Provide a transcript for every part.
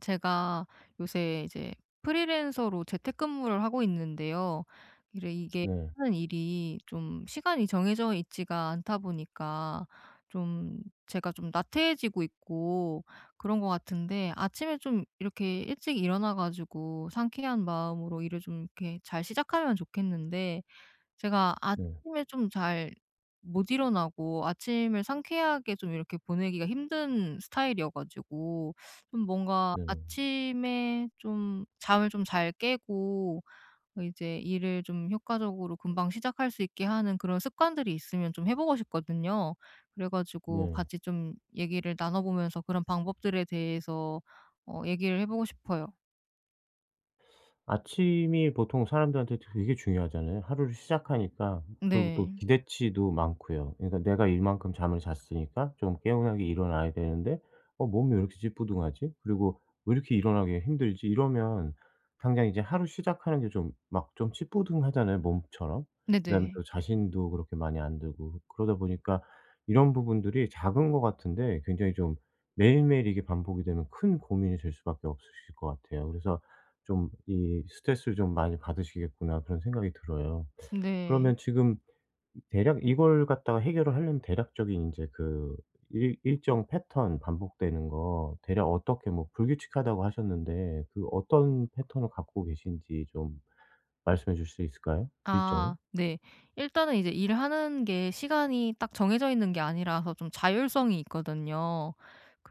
제가 요새 이제 프리랜서로 재택근무를 하고 있는데요. 이래 이게 네. 하는 일이 좀 시간이 정해져 있지가 않다 보니까 좀 제가 좀 나태해지고 있고 그런 것 같은데, 아침에 좀 이렇게 일찍 일어나 가지고 상쾌한 마음으로 일을 좀 이렇게 잘 시작하면 좋겠는데 제가 네. 아침에 좀 잘 못 일어나고 아침을 상쾌하게 좀 이렇게 보내기가 힘든 스타일이어 가지고 좀 뭔가 네. 아침에 좀 잠을 좀 잘 깨고 이제 일을 좀 효과적으로 금방 시작할 수 있게 하는 그런 습관들이 있으면 좀 해 보고 싶거든요. 그래 가지고 네. 같이 좀 얘기를 나눠 보면서 그런 방법들에 대해서 얘기를 해 보고 싶어요. 아침이 보통 사람들한테 되게 중요하잖아요. 하루를 시작하니까. 그리고 또 네. 기대치도 많고요. 그러니까 내가 이만큼 잠을 잤으니까 좀 개운하게 일어나야 되는데 '어 몸이 왜 이렇게 찌뿌둥하지?' 그리고 '왜 이렇게 일어나기가 힘들지?' 이러면 당장 이제 하루 시작하는 게 좀 막 좀 찌뿌둥하잖아요, 몸처럼. 그다음에 네네. 또 자신도 그렇게 많이 안 들고 그러다 보니까 이런 부분들이 작은 것 같은데 굉장히 좀 매일매일 이게 반복이 되면 큰 고민이 될 수밖에 없으실 것 같아요. 그래서 좀 이 '스트레스를 좀 많이 받으시겠구나.' 그런 생각이 들어요. 네. 그러면 지금 대략 이걸 갖다가 해결을 하려면 대략적인 인제 그 일 일정 패턴 반복되는 거 대략 어떻게 뭐 불규칙하다고 하셨는데 그 어떤 패턴을 갖고 계신지 좀 말씀해 주실 수 있을까요? 일정을? 아 네. 일단은 이제 일하는 게 시간이 딱 정해져 있는 게 아니라서 좀 자율성이 있거든요.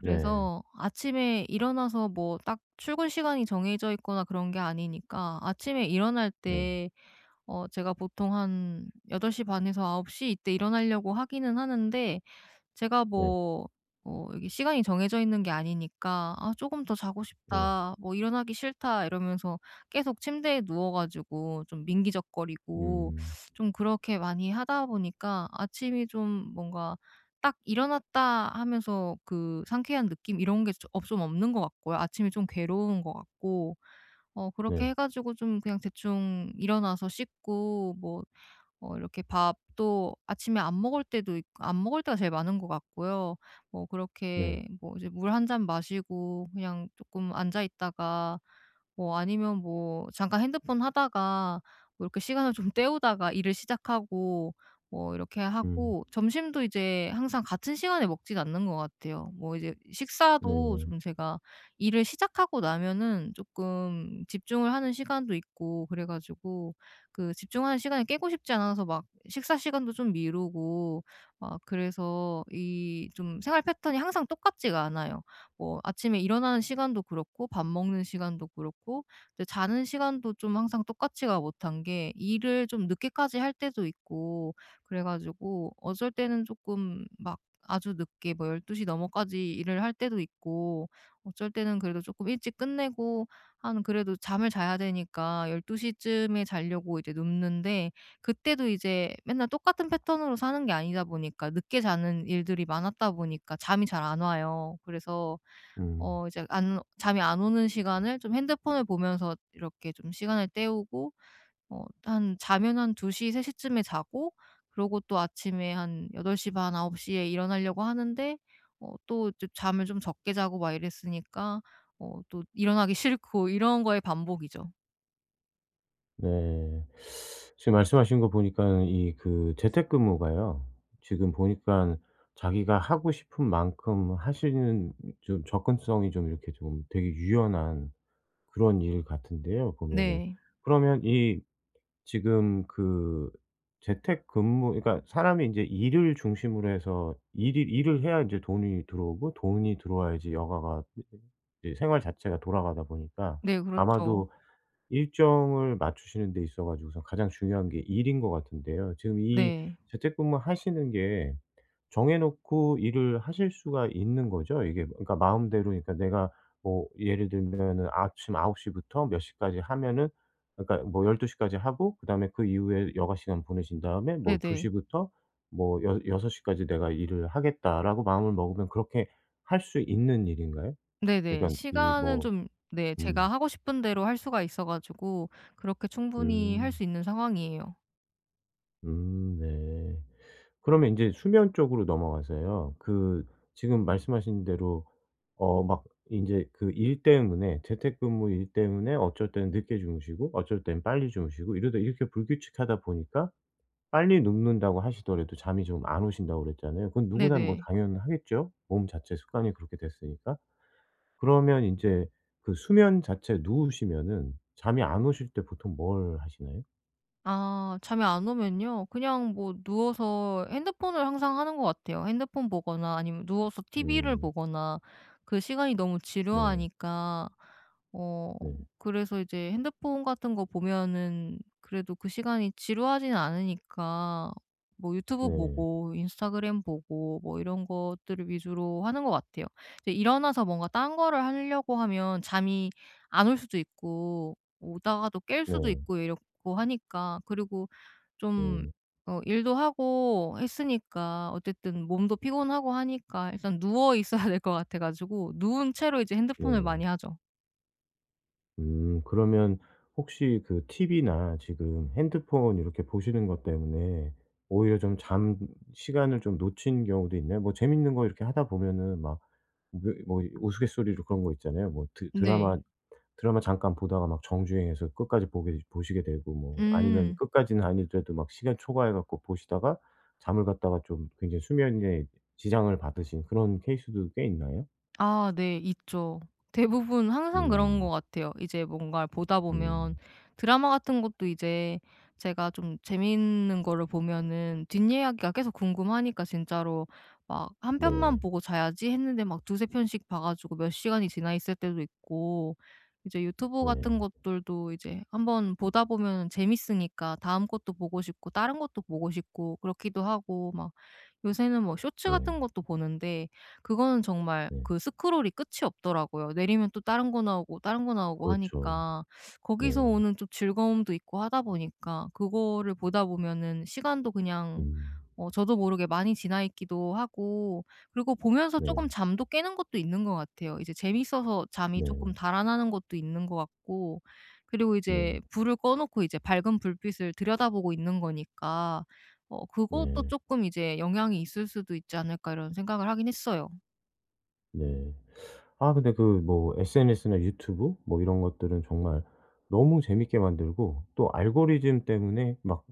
네. 아침에 일어나서 뭐 딱 출근 시간이 정해져 있거나 그런 게 아니니까 아침에 일어날 네. 때 제가 보통 한8시반 에서 9홉시 이때 일어나려고 하기는 하는데, 제가 네. 뭐 이게 시간이 정해져 있는 게 아니니까 '아 금더 자고 네. 싶다. 뭐 일어나기 싫다.' 이러면서 계속 침대에 누워 가지고 좀 민기적거리고 음. 좀 그렇게 많이 하다 보니까 아침이 좀 뭔가 딱 일어났다 하면서 그 상쾌한 느낌 이런 게 좀 없는 것 같고요. 아침이 좀 괴로운 것 같고 그렇게 네. 해 가지고 좀 그냥 대충 일어나서 씻고 뭐 이렇게 밥도 아침에 안 먹을 때가 제일 많은 것 같고요. 뭐 네. 그렇게 뭐 이제 물 한 잔 마시고 그냥 조금 앉아 있다가 뭐 아니면 뭐 잠깐 핸드폰 하다가 뭐 이렇게 시간을 좀 때우다가 일을 시작하고 뭐 이렇게 음. 하고 점심도 이제 항상 같은 시간에 먹진 않는 것 같아요. 뭐 이제 식사도 네. 좀 제가 일을 시작하고 나면은 조금 집중을 하는 시간도 있고 그래 가지고 그 집중하는 시간을 깨고 싶지 않아서 막 식사 시간도 좀 미루고 막 그래서 이 좀 생활 패턴이 항상 똑같지가 않아요. 뭐 아침에 일어나는 시간도 그렇고 밥 먹는 시간도 그렇고 이제 자는 시간도 좀 항상 똑같지가 못한 게 일을 좀 늦게까지 할 때도 있고, 그래 가지고 어쩔 때는 조금 막 아주 늦게 뭐 1 2시 넘어까지 일을 할 때도 있고 어쩔 때는 그래도 조금 일찍 끝내고 한 그래도 잠을 자야 되니까 1 2시 쯤에 자려고 이제 눕는데 그때도 이제 맨날 똑같은 패턴으로 사는 게 아니다 보니까 늦게 자는 일들이 많았다 보니까 잠이 잘 안 와요. 그래서 음. 이제 안 잠이 안 오는 시간을 좀 핸드폰을 보면서 이렇게 좀 시간을 때우고 한 자면 한2시세3 쯤에 자고, 그러고 또 아침에 한8시 반, 9홉시에 일어나려고 하는데 또 이제 잠을 좀 적게 자고 막 이랬으니까 또 일어나기 싫고 이런 거의 반복이죠. 네. 지금 말씀하신 거 보니까 이 그 재택근무가요. 지금 보니까 자기가 하고 싶은 만큼 하시는 좀 접근성이 좀 이렇게 좀 되게 유연한 그런 일 같은데요, 보면은. 네. 그러면 이 지금 그 재택근무, 그러니까 사람이 인제 일을 중심으로 해서 일이 일을 해야 인제 돈이 들어오고 돈이 들어와야지 여가가 이제 생활 자체가 돌아가다 보니까 네 그렇죠. 아마도 일정을 맞추시는 데 있어 가지고서 가장 중요한 게 일인 것 같은데요. 지금 이 네. 재택근무 하시는 게 정해 놓고 일을 하실 수가 있는 거죠? 이게 그러니까 마음대로, 그러니까 내가 뭐 예를 들면은 아침 9홉시 부터 몇 시까지 하면은, 그러니까 뭐 1 2시 까지 하고 그다음에 그 이후에 여가 시간 보내신 다음에 뭐2시 네네. 부터 뭐 여6시 까지 내가 일을 하겠다라고 마음을 먹으면 그렇게 할 수 있는 일인가요? 네네. 그러니까 이 시간은 뭐 좀, 네, 음. 제가 하고 싶은 대로 할 수가 있어 가지고 그렇게 충분히 할 수 음. 있는 상황이에요. 네. 그러면 인제 수면 쪽으로 넘어가서요. 그 지금 말씀하신 대로 막 인제 그 일 때문에, 재택근무 일 때문에 어쩔 때는 늦게 주무시고 어쩔 땐 빨리 주무시고 이러다 이렇게 불규칙하다 보니까 빨리 눕는다고 하시더라도 잠이 좀 안 오신다고 그랬잖아요. 그건 누구나 뭐 네네. 당연하겠죠. 몸 자체 습관이 그렇게 됐으니까. 그러면 인제 그 수면 자체에 누우시면은 잠이 안 오실 때 보통 뭘 하시나요? 아 잠이 안 오면요, 그냥 뭐 누워서 핸드폰을 항상 하는 것 같아요. 핸드폰 보거나 아니면 누워서 TV를 음. 보거나. 그 시간이 너무 네. 지루하니까 어 네. 그래서 이제 핸드폰 같은 거 보면은 그래도 그 시간이 지루하진 않으니까 뭐 유튜브 네. 보고 인스타그램 보고 뭐 이런 것들을 위주로 하는 것 같아요. 이제 일어나서 뭔가 딴 거를 하려고 하면 잠이 안 올 수도 있고 뭐 오다가도 깰 수도 네. 있고 이렇고 하니까, 그리고 좀 네. 일도 하고 했으니까 어쨌든 몸도 피곤하고 하니까 일단 누워 있어야 될 것 같아 가지고 누운 채로 이제 핸드폰을 네. 많이 하죠. 음, 그러면 혹시 그 TV나 지금 핸드폰 이렇게 보시는 것 때문에 오히려 좀 잠 시간을 좀 놓친 경우도 있나요? 뭐 재밌는 거 이렇게 하다 보면은 막 뭐 뭐 우스갯소리로 그런 거 있잖아요. 뭐 드 네. 드라마 드라마 잠깐 보다가 막 정주행해서 끝까지 보게 보시게 되고 뭐 아니면 음. 끝까지는 아니더라도 막 시간 초과해 갖고 보시다가 잠을 갖다가 좀 굉장히 수면에 지장을 받으신 그런 케이스도 꽤 있나요? 아 네. 있죠. 대부분 항상 그런 것 음. 같아요. 이제 뭔가 보다 보면 음. 드라마 같은 것도 이제 제가 좀 재밌는 거를 보면은 뒷이야기가 계속 궁금하니까 진짜로 막 한 편만 네. 보고 자야지 했는데 막 두세 편씩 봐 가지고 몇 시간이 지나 있을 때도 있고, 이제 유튜브 네. 같은 것들도 이제 한번 보다 보면 재밌으니까 다음 것도 보고 싶고 다른 것도 보고 싶고 그렇기도 하고 막, 요새는 뭐 쇼츠 네. 같은 것도 보는데 그거는 정말 네. 그 스크롤이 끝이 없더라고요. 내리면 또 다른 거 나오고 다른 거 나오고 그렇죠. 하니까 거기서 네. 오는 좀 즐거움도 있고 하다 보니까 그거를 보다 보면은 시간도 그냥 음. 저도 모르게 많이 지나 있기도 하고, 그리고 보면서 조 네. 금 잠도 깨는 것도 있는 것 같아요. 이제 재밌어서 잠이 네. 조금 달아나는 것도 있는 것 같고, 그리고 네. 이제 불을 꺼 놓고 이제 밝은 불빛을 들여다보고 있는 거니까 그것도 네. 조금 이제 영향이 있을 수도 있지 않을까 이런 생각을 하긴 했어요. 네. 아 근데 그 뭐 SNS나 유튜브 뭐 이런 것들은 정말 너무 재밌게 만들고 또 알고리즘 때문에 막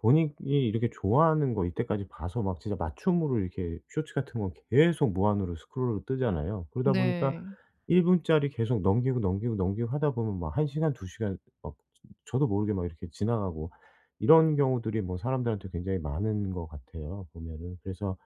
본인이 이렇게 좋아하는 거 이때까지 봐서 막 진짜 맞춤으로 이렇게 쇼츠 같은 건 계속 무한으로 스크롤로 뜨잖아요. 그러다 보니까 네. 1 분짜리 계속 넘기고, 넘기고, 넘기고 하다 보면 막 1 시간, 2 시간 막 저도 모르게 막 이렇게 지나가고 이런 경우들이 뭐 사람들한테 굉장히 많은 것 같아요, 보면은. 그래서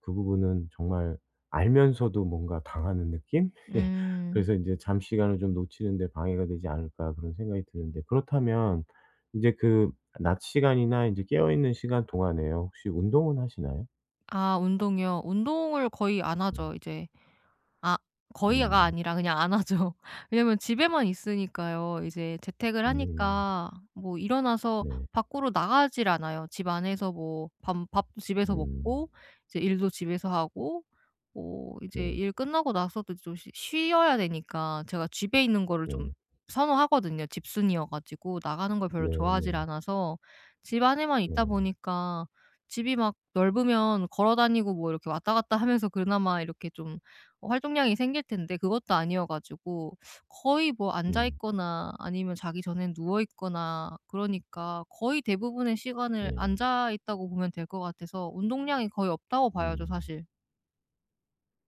그 부분은 정말 알면서도 뭔가 당하는 느낌? 예. 음. 그래서 이제 '잠시간을 좀 놓치는 데 방해가 되지 않을까.' 그런 생각이 드는데, 그렇다면 이제 그 낮 시간이나 이제 깨어 있는 시간 동안에요, 혹시 운동은 하시나요? 아 운동이요? 운동을 거의 안 네. 하죠. 이제 아 거의가 음. 아니라 그냥 안 하죠. 왜냐면 집에만 있으니까요. 이제 재택을 음. 하니까 뭐 일어나서 네. 밖으로 나가질 않아요. 집 안에서 뭐 밥도 집에서 음. 먹고 이제 일도 집에서 하고 뭐 이제 네. 일 끝나고 나서도 좀 쉬 쉬어야 되니까 제가 집에 있는 거를 좀 네. 선호하거든요. 집순이어 가지고 나가는 걸 별로 좋아하질 네네. 않아서 집 안에만 네. 있다 네, 보니까 집이 막 넓으면 걸어 다니고 뭐 이렇게 왔다 갔다 하면서 그나마 이렇게 좀 활동량이 생길 텐데 그것도 아니어 가지고 거의 뭐 앉아 음. 있거나 아니면 자기 전엔 누워 있거나, 그러니까 거의 대부분의 시간을 네. 앉아 있다고 보면 될 것 같아서 운동량이 거의 없다고 봐야죠, 음. 사실.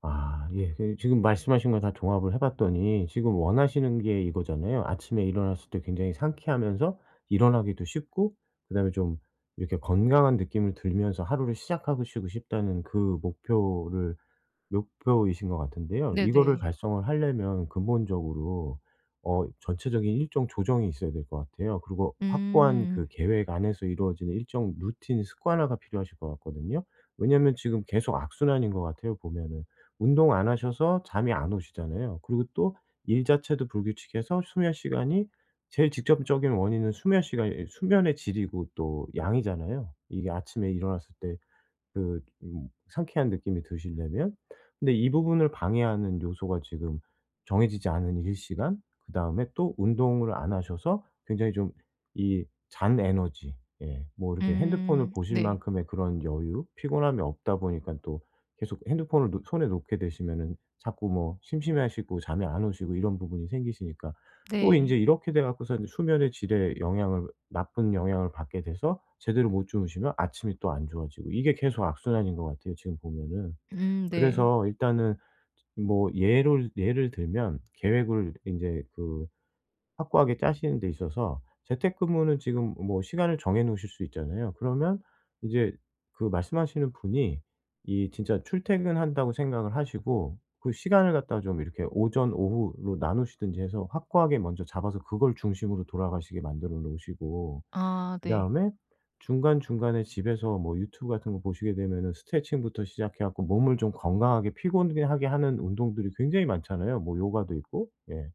아 예. 그 지금 말씀하신 거 다 종합을 해 봤더니 지금 원하시는 게 이거잖아요. 아침에 일어났을 때 굉장히 상쾌하면서 일어나기도 쉽고 그다음에 좀 이렇게 건강한 느낌을 들면서 하루를 시작하고 싶고 싶다는 그 목표를 목표이신 것 같은데요. 이거를 네네. 달성을 하려면 근본적으로 전체적인 일정 조정이 있어야 될 것 같아요. 그리고 확고한 음. 그 계획 안에서 이루어지는 일정 루틴 습관화가 필요하실 것 같거든요. 왜냐하면 지금 계속 악순환인 것 같아요, 보면은. 운동 안 하셔서 잠이 안 오시잖아요. 그리고 또 일 자체도 불규칙해서, 수면 시간이 제일 직접적인 원인은 수면의 질이고 또 양이잖아요. 이게 아침에 일어났을 때 그 상쾌한 느낌이 드시려면, 근데 이 부분을 방해하는 요소가 지금 정해지지 않은 일시간 그다음에 또 운동을 안 하셔서 굉장히 좀 이 잔 에너지, 예 뭐 이렇게 핸드폰을 음. 보실 네. 만큼의 그런 여유, 피곤함이 없다 보니까 또 계속 핸드폰을 놓 손에 놓게 되시면은 자꾸 뭐 심심해하시고 잠이 안 오시고 이런 부분이 생기시니까, 또 네. 인제 이렇게 돼 갖고서 이제 수면의 질에 영향을 나쁜 영향을 받게 돼서 제대로 못 주무시면 아침이 또 안 좋아지고, 이게 계속 악순환인 것 같아요, 지금 보면은. 네. 그래서 일단은 뭐 예를 들면 계획을 인제 그 확고하게 짜시는 데 있어서 재택근무는 지금 뭐 시간을 정해 놓으실 수 있잖아요. 그러면 이제 그 말씀하시는 분이 이 진짜 출퇴근한다고 생각을 하시고 그 시간을 갖다가 좀 이렇게 오전, 오후로 나누시든지 해서 확고하게 먼저 잡아서 그걸 중심으로 돌아가시게 만들어 놓으시고, 아 네. 그다음에 중간중간에 집에서 뭐 유튜브 같은 거 보시게 되면은 스트레칭부터 시작해 갖고 몸을 좀 건강하게 피곤하게 하는 운동들이 굉장히 많잖아요. 뭐 요가도 있고. 예.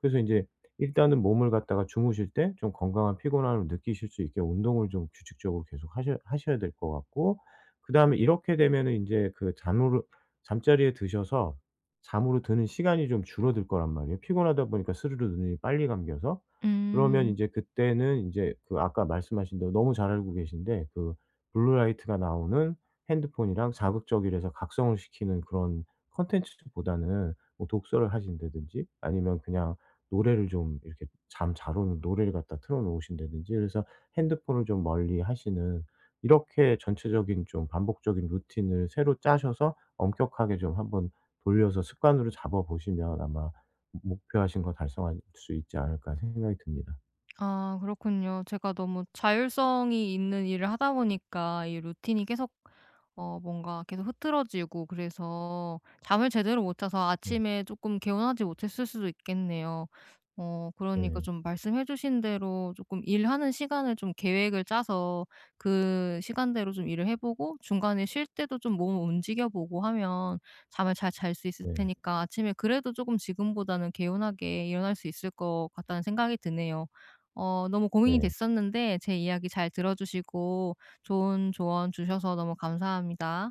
그래서 인제 일단은 몸을 갖다가 주무실 때 좀 건강한 피곤함을 느끼실 수 있게 운동을 좀 규칙적으로 계속 하셔야 될 것 같고, 그다음에 이렇게 되면은 인제 그 잠으로 잠자리에 드셔서 잠으로 드는 시간이 좀 줄어들 거란 말이에요. 피곤하다 보니까 스르르 눈이 빨리 감겨서. 그러면 음. 인제 그때는 인제 그 아까 말씀하신 대로 너무 잘 알고 계신데, 그 블루 라이트가 나오는 핸드폰이랑 자극적이라서 각성을 시키는 그런 콘텐츠보다는 뭐 독서를 하신다든지 아니면 그냥 노래를 좀 이렇게 잠 잘 오는 노래를 갖다 틀어 놓으신다든지 그래서 핸드폰을 좀 멀리 하시는, 이렇게 전체적인 좀 반복적인 루틴을 새로 짜셔서 엄격하게 좀 한번 돌려서 습관으로 잡아 보시면 아마 목표하신 거 달성할 수 있지 않을까 생각이 듭니다. 아 그렇군요. 제가 너무 자율성이 있는 일을 하다 보니까 이 루틴이 계속 뭔가 계속 흐트러지고 그래서 잠을 제대로 못 자서 네. 아침에 조금 개운하지 못했을 수도 있겠네요. 그러니까 네. 좀 말씀해 주신 대로 조금 일하는 시간을 좀 계획을 짜서 그 시간대로 좀 일을 해 보고 중간에 쉴 때도 좀 몸을 움직여 보고 하면 잠을 잘 잘 수 있을 네. 테니까 아침에 그래도 조금 지금보다는 개운하게 일어날 수 있을 것 같다는 생각이 드네요. 너무 고민이 네. 됐었는데 제 이야기 잘 들어 주시고 좋은 조언 주셔서 너무 감사합니다.